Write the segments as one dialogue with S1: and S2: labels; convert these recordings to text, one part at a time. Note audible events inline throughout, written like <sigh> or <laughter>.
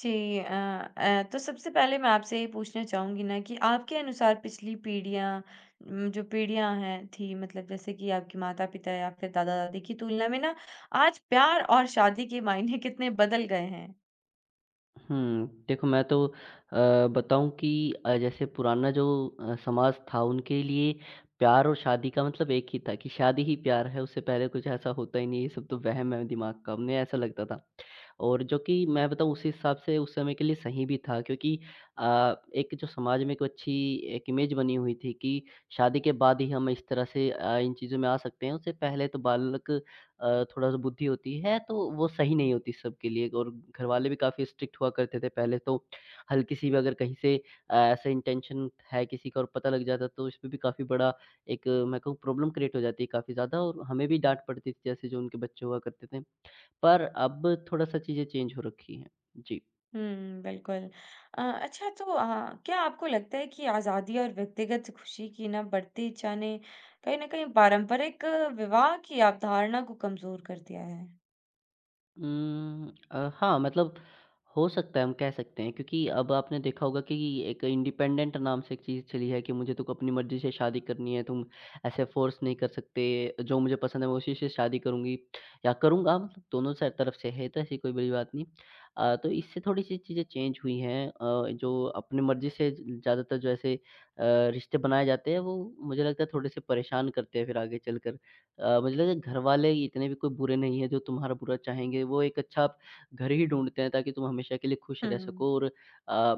S1: जी। अ तो सबसे पहले मैं आपसे ये पूछना चाहूँगी ना कि आपके अनुसार पिछली पीढ़ियाँ, जो पीढ़ियाँ हैं थी मतलब जैसे कि आपके माता-पिता या फिर दादा-दादी की तुलना में ना आज प्यार और शादी के मायने कितने बदल गए हैं?
S2: देखो, मैं तो बताऊँ कि जैसे पुराना जो समाज था, उनके लिए प्यार और शादी का मतलब एक ही था कि शादी ही प्यार है। उससे पहले कुछ ऐसा होता ही नहीं, ये सब तो वहम है दिमाग का, उन्हें ऐसा लगता था। और जो कि मैं बताऊँ, उस हिसाब से उस समय के लिए सही भी था, क्योंकि एक जो समाज में एक अच्छी एक इमेज बनी हुई थी कि शादी के बाद ही हम इस तरह से इन चीज़ों में आ सकते हैं। उससे पहले तो बालक, थोड़ा-सा बुद्धि होती है तो वो सही नहीं होती सबके लिए। और घरवाले भी काफ़ी स्ट्रिक्ट हुआ करते थे पहले तो। हल्की-सी भी अगर कहीं से ऐसे इंटेंशन है किसी का और पता लग जाता तो इसमें भी काफ़ी बड़ा एक, मैं कहूँ, प्रॉब्लम क्रिएट हो जाती है काफ़ी ज़्यादा, और हमें भी डाँट पड़ती थी जैसे जो उनके बच्चे हुआ करते थे। पर अब थोड़ा-सा चीज़ें चेंज हो रखी हैं। जी।
S1: हुँ, बिल्कुल। अच्छा तो क्या आपको लगता है कि आज़ादी और व्यक्तिगत खुशी की ना बढ़ती इच्छा ने कहीं न कहीं पारंपरिक विवाह की अवधारणा को कमज़ोर कर दिया है?
S2: हाँ, मतलब हो सकता है, हम कह सकते हैं। क्योंकि अब आपने देखा होगा कि एक इंडिपेंडेंट नाम से एक चीज़ चली है कि मुझे तो अपनी मर्ज़ी से शादी करनी है, तुम ऐसे फ़ोर्स नहीं कर सकते, जो मुझे पसंद है मैं उसी से शादी करूँगी या करूँगा। मतलब दोनों से तरफ से है तो ऐसी कोई बड़ी बात नहीं। तो इससे थोड़ी-सी चीज़ें चेंज हुई हैं। जो अपनी मर्ज़ी से ज़्यादातर जो ऐसे रिश्ते बनाए जाते हैं, वो मुझे लगता है थोड़े-से परेशान करते हैं फिर आगे चलकर। मुझे लगता है घरवाले इतने भी कोई बुरे नहीं हैं जो तुम्हारा बुरा चाहेंगे। वो एक अच्छा आप घर ही ढूँढते हैं ताकि तुम हमेशा के लिए खुश रह
S1: हुँ।
S2: सको। और अ,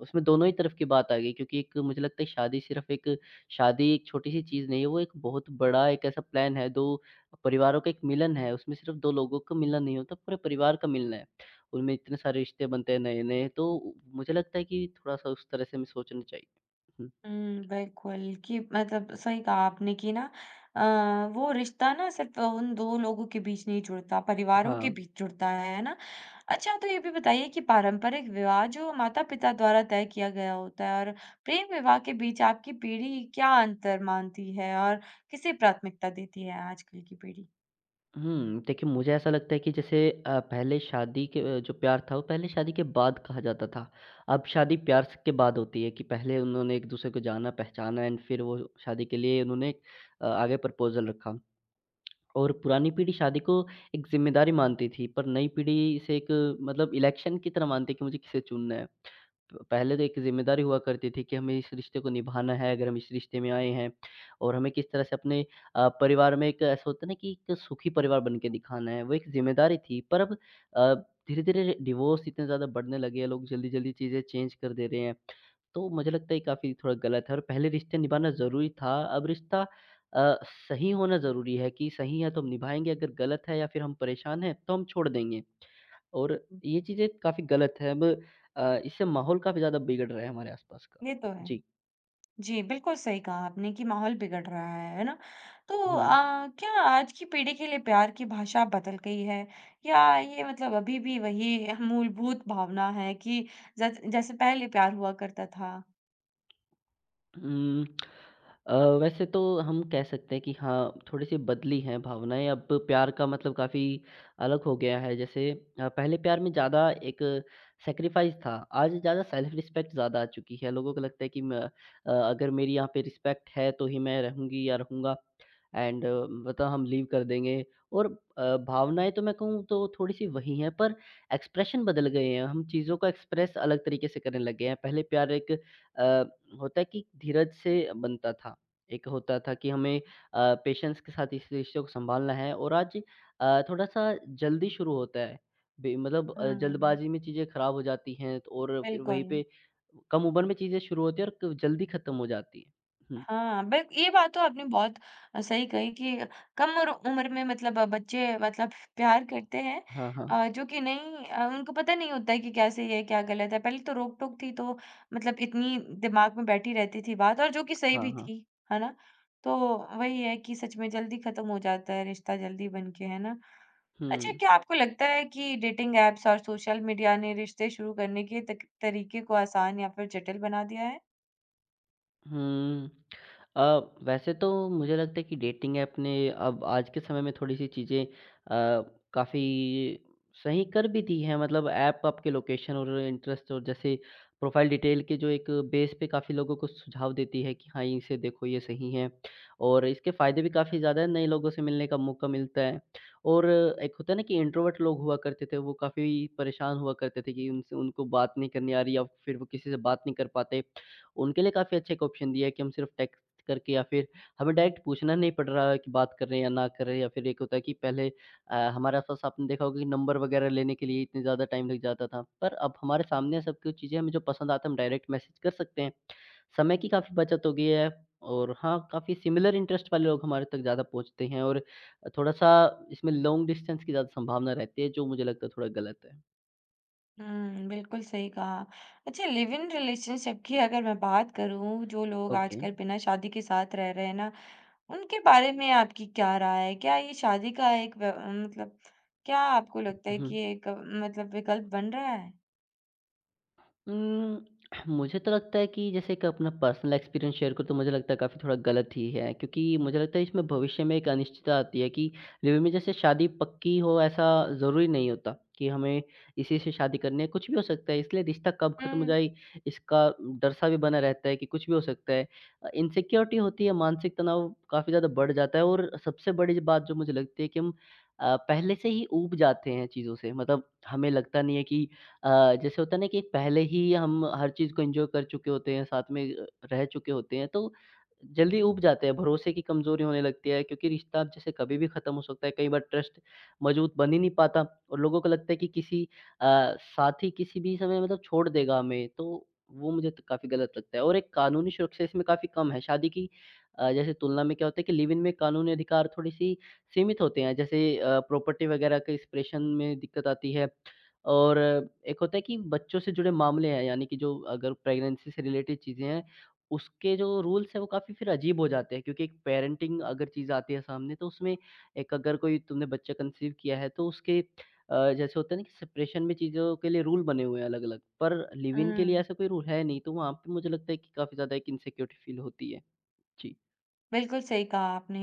S2: उसमें दोनों ही तरफ की बात आ गई। क्योंकि एक, मुझे लगता है, शादी एक छोटी-सी चीज़ नहीं है, वो एक बहुत बड़ा एक ऐसा प्लान है, 2 परिवारों का एक मिलन है। उसमें सिर्फ़ 2 लोगों का मिलना नहीं होता, पूरे परिवार का मिलना है। उनमें इतने सारे रिश्ते बनते हैं नए-नए, तो मुझे लगता है कि थोड़ा-सा उस तरह से हमें सोचना चाहिए। हुँ,
S1: हुँ, बिल्कुल कि मतलब सही कहा आपने कि ना वो रिश्ता ना सिर्फ़ उन 2 लोगों के बीच नहीं जुड़ता, परिवारों के
S2: हाँ।
S1: बीच जुड़ता है ना? अच्छा तो ये भी बताइए कि पारंपरिक विवाह जो माता-पिता द्वारा तय किया गया होता है और प्रेम विवाह के बीच आपकी पीढ़ी क्या अंतर मानती है और किसे प्राथमिकता देती है आजकल की पीढ़ी?
S2: देखिए, मुझे ऐसा लगता है कि जैसे पहले शादी के जो प्यार था वो पहले शादी के बाद कहा जाता था। अब शादी प्यार स के बाद होती है कि पहले उन्होंने एक-दूसरे को जाना, पहचाना, एंड फिर वो शादी के लिए उन्होंने आगे प्रपोज़ल रखा। और पुरानी पीढ़ी शादी को एक ज़िम्मेदारी मानती थी, पर नई पीढ़ी इसे एक, मतलब, इलेक्शन की तरह मानती है कि मुझे किसे चुनना है। प पहले तो एक ज़िम्मेदारी हुआ करती थी कि हमें इस रिश्ते को निभाना है, अगर हम इस रिश्ते में आए हैं, और हमें किस तरह से अपने परिवार में, एक ऐसा होता है ना कि एक सुखी परिवार बन के दिखाना है, वो एक ज़िम्मेदारी थी। पर अब अ, धीरे-धीरे डिवोर्स इतने ज़्यादा बढ़ने लगे हैं, लोग जल्दी-जल्दी चीज़ें चेंज कर दे रहे हैं। तो मुझे लगता है काफ़ी थोड़ा गलत है। और पहले रिश्ते निभाना ज़रूरी था, अब रिश्ता अ, सही होना ज़रूरी है कि सही है तो हम निभाएँगे, अगर गलत है या फिर हम परेशान हैं, तो हम छोड़ देंगे। और ये चीज़ें काफ़ी गलत है अब। इससे माहौल काफ़ी ज़्यादा बिगड़ रहा है हमारे आसपास का।
S1: ये तो है।
S2: जी।
S1: जी, बिल्कुल सही कहा आपने कि माहौल बिगड़ रहा है ना? तो
S2: हुँ।
S1: क्या आज की पीढ़ी के लिए प्यार की भाषा बदल गई है या ये मतलब अभी भी वही मूलभूत भावना है कि जैसे पहले प्यार हुआ करता था?
S2: हुँ, अ, वैसे तो हम कह सकते हैं कि हाँ, थोड़ी-सी बदली हैं भावनाएँ। अब प्यार का मतलब काफ़ी अलग हो गया है। जैसे पहले प्यार में ज़्यादा एक सैक्रिफ़ाइस था, आज ज़्यादा सेल्फ़ रिस्पेक्ट ज़्यादा आ चुकी है। लोगों को लगता है कि अगर मेरी यहाँ पे रिस्पेक्ट है, तो ही मैं रहूँगी या रहूँगा, एंड मतलब हम लीव कर देंगे। और भावनाएँ तो मैं कहूँ तो थोड़ी-सी वही हैं, पर एक्सप्रेशन बदल गए हैं। हम चीज़ों को एक्सप्रेस अलग तरीके से करने लग गए हैं। पहले प्यार एक अ, होता है कि धीरज से बनता था। एक होता था कि हमें पेशेंस के साथ इस रिश्ते को सँभालना है, और आज थोड़ा-सा जल्दी शुरू होता है। बे मतलब
S1: हुँ,
S2: जल्दबाज़ी में चीज़ें ख़राब हो जाती हैं, त और फिर वहीं
S1: बिल्कुल।
S2: पे कम उम्र में चीज़ें शुरू होती हैं और क जल्दी ख़त्म हो जाती हैं। हुँ।
S1: हाँ, बिल ये बात तो आपने बहुत सही कही कि कम उर उम्र में मतलब बच्चे मतलब प्यार करते हैं,
S2: हाँ, हाँ।
S1: जो कि नहीं, उनको पता नहीं होता है कि क्या सही है, क्या गलत है। पहले तो रोक-टोक थी तो मतलब इतनी दिमाग में बैठी रहती थी बात और जो कि सही
S2: हाँ,
S1: भी
S2: हाँ।
S1: थी, है ना? तो वही है कि सच में जल्दी खत्म हो जाता है रिश्ता जल्दी बन के, है ना?
S2: हुँ।
S1: अच्छा क्या आपको लगता है कि डेटिंग ऐप्स और सोशल मीडिया ने रिश्ते शुरू करने के तक तरीके को आसान या फिर जटिल बना दिया है?
S2: हुँ। अ, वैसे तो मुझे लगता है कि डेटिंग ऐप ने अब आज के समय में थोड़ी-सी चीज़ें काफ़ी सही कर भी दी हैं। मतलब ऐप आपके लोकेशन और इंटरेस्ट और जैसे प्रोफ़ाइल डिटेल के जो एक बेस पे काफ़ी लोगों को सुझाव देती है कि हाँ, इसे देखो, ये सही है। और इसके फ़ायदे भी काफ़ी ज़्यादा हैं, नए लोगों से मिलने का मौका मिलता है। और एक होता है ना कि इंट्रोवर्ट लोग हुआ करते थे, वो काफ़ी परेशान हुआ करते थे कि उनसे उनको बात नहीं करनी आ रही या फिर वो किसी से बात नहीं कर पाते। उनके लिए काफ़ी अच्छा एक ऑप्शन दिया है कि हम सिर्फ़ टेक्स्ट करके, या फिर हमें डायरेक्ट पूछना नहीं पड़ रहा है कि बात कर रहे हैं या ना कर रहे हैं। या फिर एक होता है कि पहले हमारे आस-पास आपने देखा होगा कि नंबर वगैरह लेने के लिए इतने ज़्यादा टाइम लग जाता था। पर अब हमारे सामने सब कुछ चीज़ें हमें जो पसंद आता है हम डायरेक्ट मैसेज कर सकते हैं। समय की काफ़ी बचत हो गई है। और हाँ, काफ़ी सिमिलर इंटरेस्ट वाले लोग हमारे तक ज़्यादा पहुँचते हैं। और थोड़ा-सा इसमें लॉन्ग डिस्टेंस की ज़्यादा संभावना रहती है, जो मुझे लगता है थोड़ा गलत है।
S1: हुँ, बिल्कुल सही कहा। अच्छा लिव इन रिलेशनशिप की अगर मैं बात करूँ, जो लोग
S2: ओके।
S1: आजकल बिना शादी के साथ रह रहे हैं ना, उनके बारे में आपकी क्या राय है? क्या ये शादी का एक व मतलब क्या आपको लगता है
S2: हुँ।
S1: कि मतलब विकल्प बन रहा है?
S2: उम, मुझे तो लगता है कि जैसे एक अपना पर्सनल एक्सपीरियंस शेयर करूँ तो मुझे लगता है काफ़ी थोड़ा गलत ही है, क्योंकि मुझे लगता है इसमें भविष्य में एक अनिश्चितता आती है कि लिव इन में जैसे शादी पक्की हो ऐसा ज़रूरी नहीं होता कि हमें इसी से शादी करनी है, कुछ भी हो सकता है। इसलिए रिश्ता कब ख़त्म हो
S1: हुँ।
S2: जाए, इसका डर-सा भी बना रहता है कि कुछ भी हो सकता है। इनसिक्योरिटी होती है, मानसिक तनाव काफ़ी ज़्यादा बढ़ जाता है। और सबसे बड़ी बात जो मुझे लगती है कि हम पहले से ही ऊब जाते हैं चीज़ों से। मतलब हमें लगता नहीं है कि जैसे होता है ना कि पहले ही हम हर चीज़ को एन्जॉय कर चुके होते हैं, साथ में रह चुके होते हैं, तो जल्दी ऊब जाते हैं, भरोसे की कमज़ोरी होने लगती है, क्योंकि रिश्ता अब जैसे कभी भी ख़त्म हो सकता है। कई बार ट्रस्ट मज़बूत बन ही नहीं पाता। और लोगों को लगता है कि किसी साथी किसी भी समय मतलब छोड़ देगा हमें, तो वो मुझे तो काफ़ी गलत लगता है। और एक कानूनी सुरक्षा इसमें काफ़ी कम है। शादी की जैसे तुलना में क्या होता है कि लिव इन में कानूनी अधिकार थोड़ी-सी सीमित होते हैं, जैसे प्रॉपर्टी वग़ैरह के एक्सप्रेशन में दिक्कत आती है। और एक होता है कि बच्चों से जुड़े मामले हैं, यानी कि जो अगर प्रेगनेंसी से रिलेटेड चीज़ें हैं, उसके जो रूल्स हैं वो काफ़ी फिर अजीब हो जाते हैं, क्योंकि एक पैरेंटिंग अगर चीज़ आती है सामने, तो उसमें एक अगर कोई तुमने बच्चा कंसीव किया है तो उसके जैसे होता है ना कि सेपरेशन में चीज़ों के लिए रूल बने हुए हैं अलग-अलग, पर लिव इन के लिए
S1: हुँ,
S2: ऐसा कोई रूल है नहीं, तो वहाँ पे मुझे लगता है कि काफ़ी ज़्यादा एक इनसिक्योरिटी फील होती है। जी,
S1: बिल्कुल सही कहा आपने।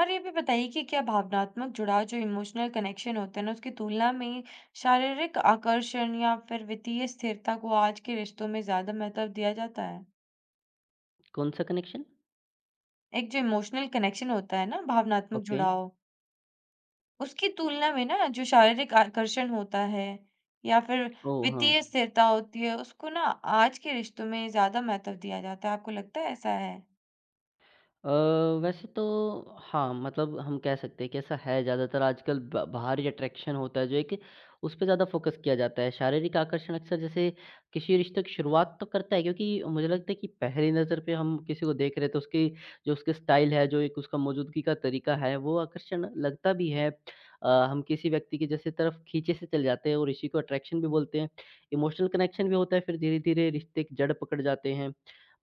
S1: और ये भी बताइए कि क्या भावनात्मक जुड़ाव जो इमोशनल कनेक्शन होते हैं ना, उसकी तुलना में शारीरिक आकर्षण या फिर वित्तीय स्थिरता को आज के रिश्तों में ज़्यादा महत्व दिया जाता है?
S2: कौन-सा कनेक्शन?
S1: एक जो इमोशनल कनेक्शन होता है ना, भावनात्मक
S2: ओके।
S1: जुड़ाव, उसकी तुलना में ना जो शारीरिक आकर्षण होता है या फिर
S2: ओह! हाँ।
S1: वित्तीय स्थिरता होती है, उसको ना आज के रिश्तों में ज़्यादा महत्व दिया जाता है। आपको लगता है ऐसा है?
S2: अ, वैसे तो हाँ, मतलब हम कह सकते हैं कि ऐसा है। ज़्यादातर आजकल ब बाहरी अट्रैक्शन होता है, जो एक उस पे ज़्यादा फ़ोकस किया जाता है। शारीरिक आकर्षण अक्सर जैसे किसी रिश्ते की शुरुआत तो करता है, क्योंकि मुझे लगता है कि पहली नज़र पे हम किसी को देख रहे हैं, तो उसकी जो उसके स्टाइल है, जो एक उसका मौजूदगी का तरीका है, वो आकर्षण लगता भी है। हम किसी व्यक्ति की जैसे तरफ खींचे से चले जाते हैं, और इसी को अट्रैक्शन भी बोलते हैं। इमोशनल कनेक्शन भी होता है, फिर धीरे-धीरे रिश्ते की जड़ पकड़ जाते हैं।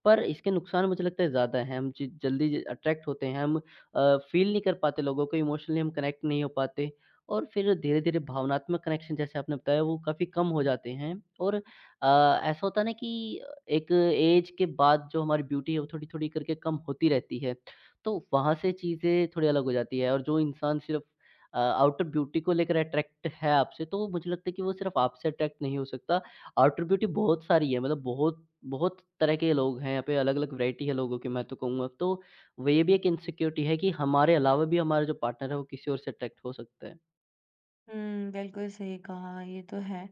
S2: पर इसके नुकसान मुझे लगता है ज़्यादा हैं। हम ज जल्दी ज अट्रैक्ट होते हैं, हम फ़ील नहीं कर पाते लोगों को, इमोशनली हम कनेक्ट नहीं हो पाते, और फिर धीरे-धीरे भावनात्मक कनेक्शन जैसे आपने बताया वो काफ़ी कम हो जाते हैं। और ऐसा होता है ना कि एक ऐज के बाद जो हमारी ब्यूटी है वो थोड़ी-थोड़ी करके कम होती रहती है। तो वहाँ से चीज़ें थोड़ी अलग हो जाती है, और जो इंसान सिर्फ़ आउटर ब्यूटी को लेकर अट्रैक्ट है आपसे, तो मुझे लगता है कि वो सिर्फ़ आपसे अट्रैक्ट नहीं हो सकता। आउटर ब्यूटी बहुत सारी है, मतलब बहुत बहुत तरह के लोग हैं यहाँ पे, अलग-अलग वैरायटी है लोगों की, मैं तो कहूँगा। तो वो ये भी एक इनसिक्योरिटी है कि हमारे अलावा भी हमारा जो पार्टनर है वो किसी और से अट्रैक्ट हो सकता है।
S1: हुँ, बिल्कुल सही कहा, ये तो है।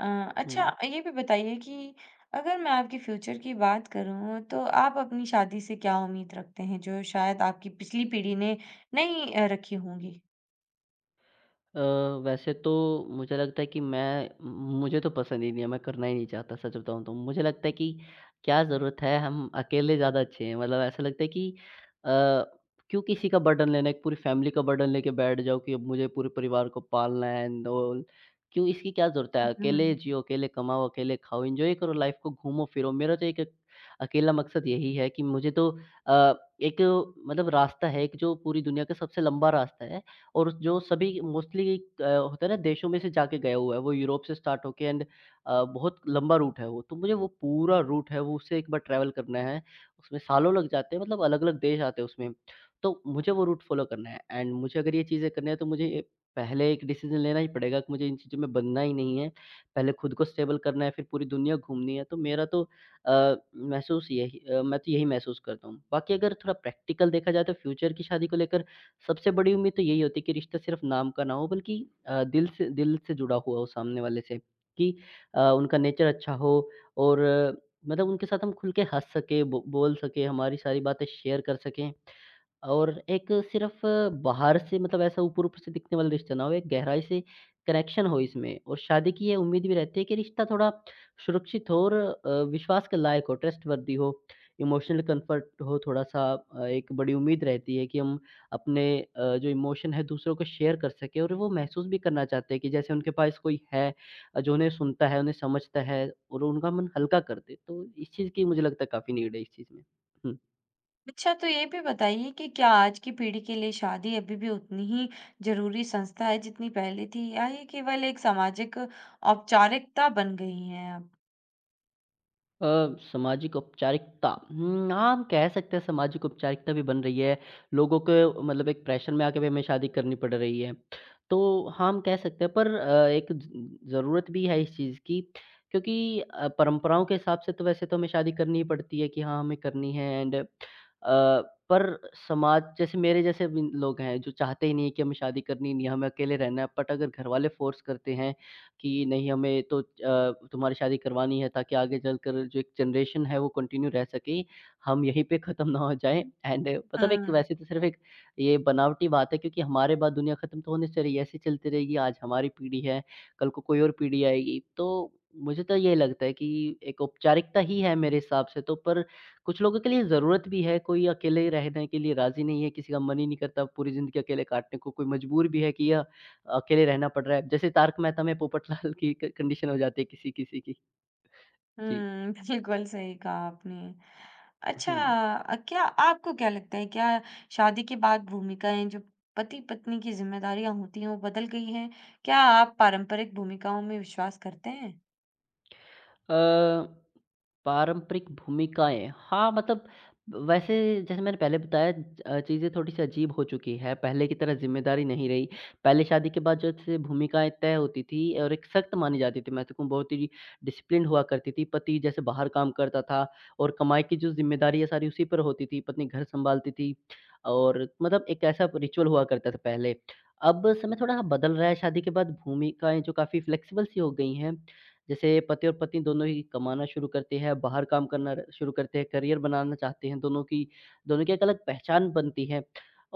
S1: अच्छा
S2: हुँ।
S1: ये भी बताइए कि अगर मैं आपके फ्यूचर की बात करूँ, तो आप अपनी शादी से क्या उम्मीद रखते हैं, जो शायद आपकी पिछली पीढ़ी ने नहीं रखी होंगी?
S2: अ, वैसे तो मुझे लगता है कि मैं मुझे तो पसंद ही नहीं है, मैं करना ही नहीं चाहता सच बताऊँ तो। मुझे लगता है कि क्या ज़रूरत है, हम अकेले ज़्यादा अच्छे हैं। मतलब ऐसा लगता है कि अ, क्यों किसी का बर्डन लेना है, एक पूरी फैमिली का बर्डन लेके बैठ जाओ कि अब मुझे पूरे परिवार को पालना है एंड ऑल। क्यों इसकी क्या ज़रूरत है, अकेले
S1: हम्म।
S2: जियो, अकेले कमाओ, अकेले खाओ, एन्जॉय करो लाइफ को, घूमो-फिरो। मेरा तो एक एक अकेला मकसद यही है कि मुझे तो अ, एक मतलब रास्ता है एक, जो पूरी दुनिया का सबसे लंबा रास्ता है, और जो सभी मोस्टली होता है ना देशों में से जाके गया हुआ है, वो यूरोप से स्टार्ट होके एंड बहुत लंबा रूट है वो। तो मुझे वो पूरा रूट है वो उससे एक बार ट्रैवल करना है। उसमें सालों लग जाते हैं, मतलब अलग-अलग देश आते हैं उसमें। तो मुझे वो रूट फ़ॉलो करना है, एंड मुझे अगर ये चीज़ें करनी है तो मुझे ये पहले एक डिसीज़न लेना ही पड़ेगा कि मुझे इन चीज़ों में बँधना ही नहीं है। पहले खुद को स्टेबल करना है, फिर पूरी दुनिया घूमनी है। तो मेरा तो अ, महसूस यही मैं तो यही महसूस करता हूँ। बाकी अगर थोड़ा प्रैक्टिकल देखा जाए, तो फ्यूचर की शादी को लेकर सबसे बड़ी उम्मीद तो यही होती है कि रिश्ता सिर्फ नाम का ना हो, बल्कि दिल से जुड़ा हुआ हो सामने वाले से, कि उनका नेचर अच्छा हो, और मतलब उनके साथ हम खुल के हँस सके, बोल सके, हमारी सारी बातें शेयर कर सकें, और एक सिर्फ़ बाहर से, मतलब ऐसा ऊपर-ऊपर से दिखने वाला रिश्ता ना हो, एक गहराई से कनेक्शन हो इसमें। और शादी की ये उम्मीद भी रहती है कि रिश्ता थोड़ा सुरक्षित हो, और विश्वास के लायक हो, ट्रस्टवर्दी हो, इमोशनल कंफर्ट हो थोड़ा-सा। एक बड़ी उम्मीद रहती है कि हम अपने जो इमोशन है दूसरों को शेयर कर सकें, और वो महसूस भी करना चाहते हैं कि जैसे उनके पास कोई है जो उन्हें सुनता है, उन्हें समझता है, और उनका मन हल्का कर दे। तो इस चीज़ की मुझे लगता है काफ़ी नीड है इस चीज़ में। हुँ।
S1: अच्छा तो ये भी बताइए कि क्या आज की पीढ़ी के लिए शादी अभी भी उतनी ही जरूरी संस्था है जितनी पहले थी या ये केवल एक सामाजिक औपचारिकता बन गई है अब।
S2: अ, सामाजिक औपचारिकता, हाँ, हम कह सकते हैं सामाजिक औपचारिकता भी बन रही है। लोगों को मतलब एक प्रेशर में आके भी हमें शादी करनी पड़ रही है। तो हाँ, हम कह सकते हैं, पर एक ज ज़रूरत भी है इस चीज़ की, क्योंकि परंपराओं के हिसाब से तो वैसे तो हमें शादी करनी ही पड़ती है कि हाँ, हमें करनी है, एंड पर समाज, जैसे मेरे जैसे भी लोग हैं जो चाहते ही नहीं है कि हमें शादी करनी नहीं है, हमें अकेले रहना है। बट अगर घरवाले फ़ोर्स करते हैं कि नहीं, हमें तो तुम्हारी शादी करवानी है, ताकि आगे चलकर जो एक जनरेशन है वो कंटिन्यू रह सके, हम यहीं पे ख़त्म ना हो जाएँ। एंड मतलब एक,
S1: हम्म।
S2: वैसे तो सिर्फ़ एक ये बनावटी बात है, क्योंकि हमारे बाद दुनिया ख़त्म तो होने से रही है, ऐसे चलती रहेगी, आज हमारी पीढ़ी है, कल को कोई और पीढ़ी आएगी। तो मुझे तो ये लगता है कि एक औपचारिकता ही है मेरे हिसाब से तो, पर कुछ लोगों के लिए ज़रूरत भी है, कोई अकेले रहने के लिए राज़ी नहीं है, किसी का मन ही नहीं करता पूरी ज़िंदगी अकेले काटने को, कोई मजबूर भी है कि या अकेले रहना पड़ रहा है। जैसे तारक मेहता में पोपटलाल की क कंडीशन हो जाती है किसी-किसी की। जी।
S1: हम्म। <laughs> बिल्कुल सही कहा आपने। अच्छा
S2: हुँ।
S1: क्या आपको क्या लगता है क्या शादी के बाद भूमिकाएं, जो पति पत्नी की जिम्मेदारियां होती हैं, वो बदल गई हैं? क्या आप पारंपरिक भूमिकाओं में विश्वास करते हैं?
S2: अ, पारंपरिक भूमिकाएँ, हाँ, मतलब वैसे, जैसे मैंने पहले बताया, चीज़ें थोड़ी-सी अजीब हो चुकी हैं, पहले की तरह ज़िम्मेदारी नहीं रही। पहले शादी के बाद जैसे भूमिकाएँ तय होती थी, और एक सख्त मानी जाती थी, मैं तो कहूँ बहुत ही डिसिप्लिन्ड हुआ करती थी। पति जैसे बाहर काम करता था, और कमाई की जो ज़िम्मेदारी है सारी उसी पर होती थी, पत्नी घर सँभालती थी, और मतलब एक ऐसा रिचुअल हुआ करता था पहले। अब समय थोड़ा बदल रहा है, शादी के बाद भूमिकाएँ जो काफ़ी फ्लेक्सिबल सी हो गई हैं, जैसे पति और पत्नी दोनों ही कमाना शुरू करते हैं, बाहर काम करना शुरू करते हैं, करियर बनाना चाहते हैं, दोनों की एक अलग पहचान बनती है।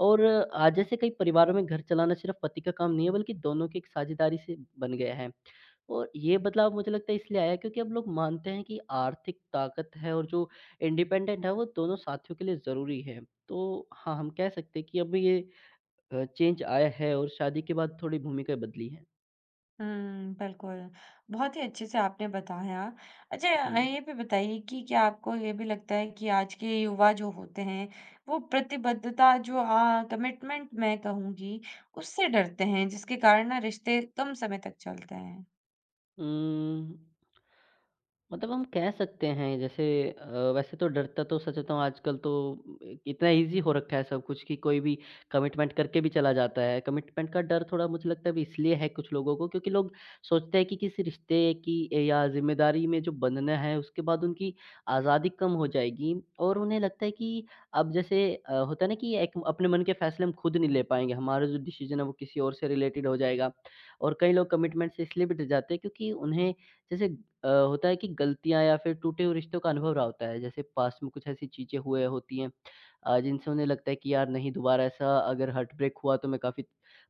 S2: और आज जैसे कई परिवारों में घर चलाना सिर्फ़ पति का काम नहीं है, बल्कि दोनों की एक साझेदारी से बन गया है। और ये बदलाव मुझे लगता है इसलिए आया है, क्योंकि अब लोग मानते हैं कि आर्थिक ताकत है और जो इंडिपेंडेंट है, वो दोनों साथियों के लिए ज़रूरी है। तो हाँ, हम कह सकते हैं कि अब ये चेंज आया है, और शादी के बाद थोड़ी भूमिका बदली है।
S1: हुँ, बिल्कुल। बहुत ही अच्छे से आपने बताया। अच्छा
S2: हुँ।
S1: ये भी बताइए कि क्या आपको ये भी लगता है कि आज के युवा जो होते हैं, वो प्रतिबद्धता, जो कमिटमेंट मैं कहूँगी, उससे डरते हैं जिसके कारण ना रिश्ते कम समय तक चलते हैं?
S2: उम मतलब हम कह सकते हैं जैसे अ, वैसे तो डरता तो सच बताऊँ, आजकल तो इतना ईज़ी हो रखा है सब कुछ कि कोई भी कमिटमेंट करके भी चला जाता है। कमिटमेंट का डर थोड़ा मुझे लगता है भी इसलिए है कुछ लोगों को, क्योंकि लोग सोचते हैं कि किसी रिश्ते की या ज़िम्मेदारी में जो बंधना है उसके बाद उनकी आज़ादी कम हो जाएगी, और उन्हें लगता है कि अब जैसे होता है ना कि एक अपने मन के फ़ैसले हम खुद नहीं ले पाएँगे, हमारा जो डिसीज़न है वो किसी और से रिलेटेड हो जाएगा। और कई लोग कमिटमेंट से इसलिए भी डर जाते हैं, क्योंकि उन्हें जैसे होता है कि गलतियाँ या फिर टूटे हुए रिश्तों का अनुभव रहा होता है। जैसे पास्ट में कुछ ऐसी चीज़ें हुए होती हैं जिनसे उन्हें लगता है कि यार नहीं, दोबारा ऐसा अगर हार्टब्रेक हुआ तो मैं काफ़ी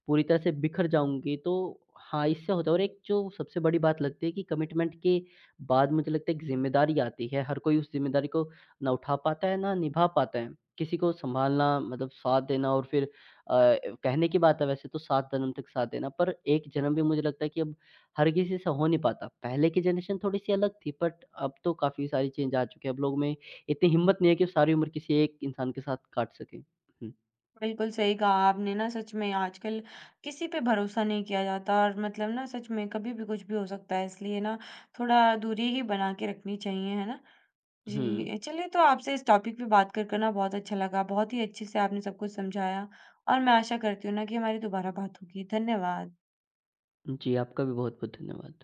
S2: पूरी तरह से बिखर जाऊँगी। तो हाँ, इससे होता है, और एक जो सबसे बड़ी बात लगती है कि कमिटमेंट के बाद मुझे लगता है एक ज़िम्मेदारी आती है। हर कोई उस ज़िम्मेदारी को ना उठा पाता है, ना निभा पाता है। किसी को सँभालना मतलब साथ देना, और फिर कहने की बात है, वैसे तो 7 जन्म तक साथ देना, पर 1 जन्म भी मुझे लगता है कि अब हर किसी से हो नहीं पाता। पहले की जनरेशन थोड़ी-सी अलग थी, बट अब तो काफ़ी सारी चेंज आ चुकी है। अब लोगों में इतनी हिम्मत नहीं है कि सारी उम्र किसी एक इंसान के साथ काट सकें। हुँ।
S1: बिल्कुल सही कहा आपने ना सच में आजकल किसी पे भरोसा नहीं किया जाता और मतलब ना सच में कभी भी कुछ भी हो सकता है, इसलिए ना थोड़ा दूरी ही बना के रखनी चाहिए, है ना?
S2: हुँ।
S1: जी, चलिए तो आपसे इस टॉपिक पे बात कर कर ना बहुत अच्छा लगा। बहुत ही अच्छे से आपने सब कुछ समझाया और मैं आशा करती हूँ ना कि हमारी दोबारा बात होगी। धन्यवाद।
S2: जी, आपका भी बहुत-बहुत धन्यवाद।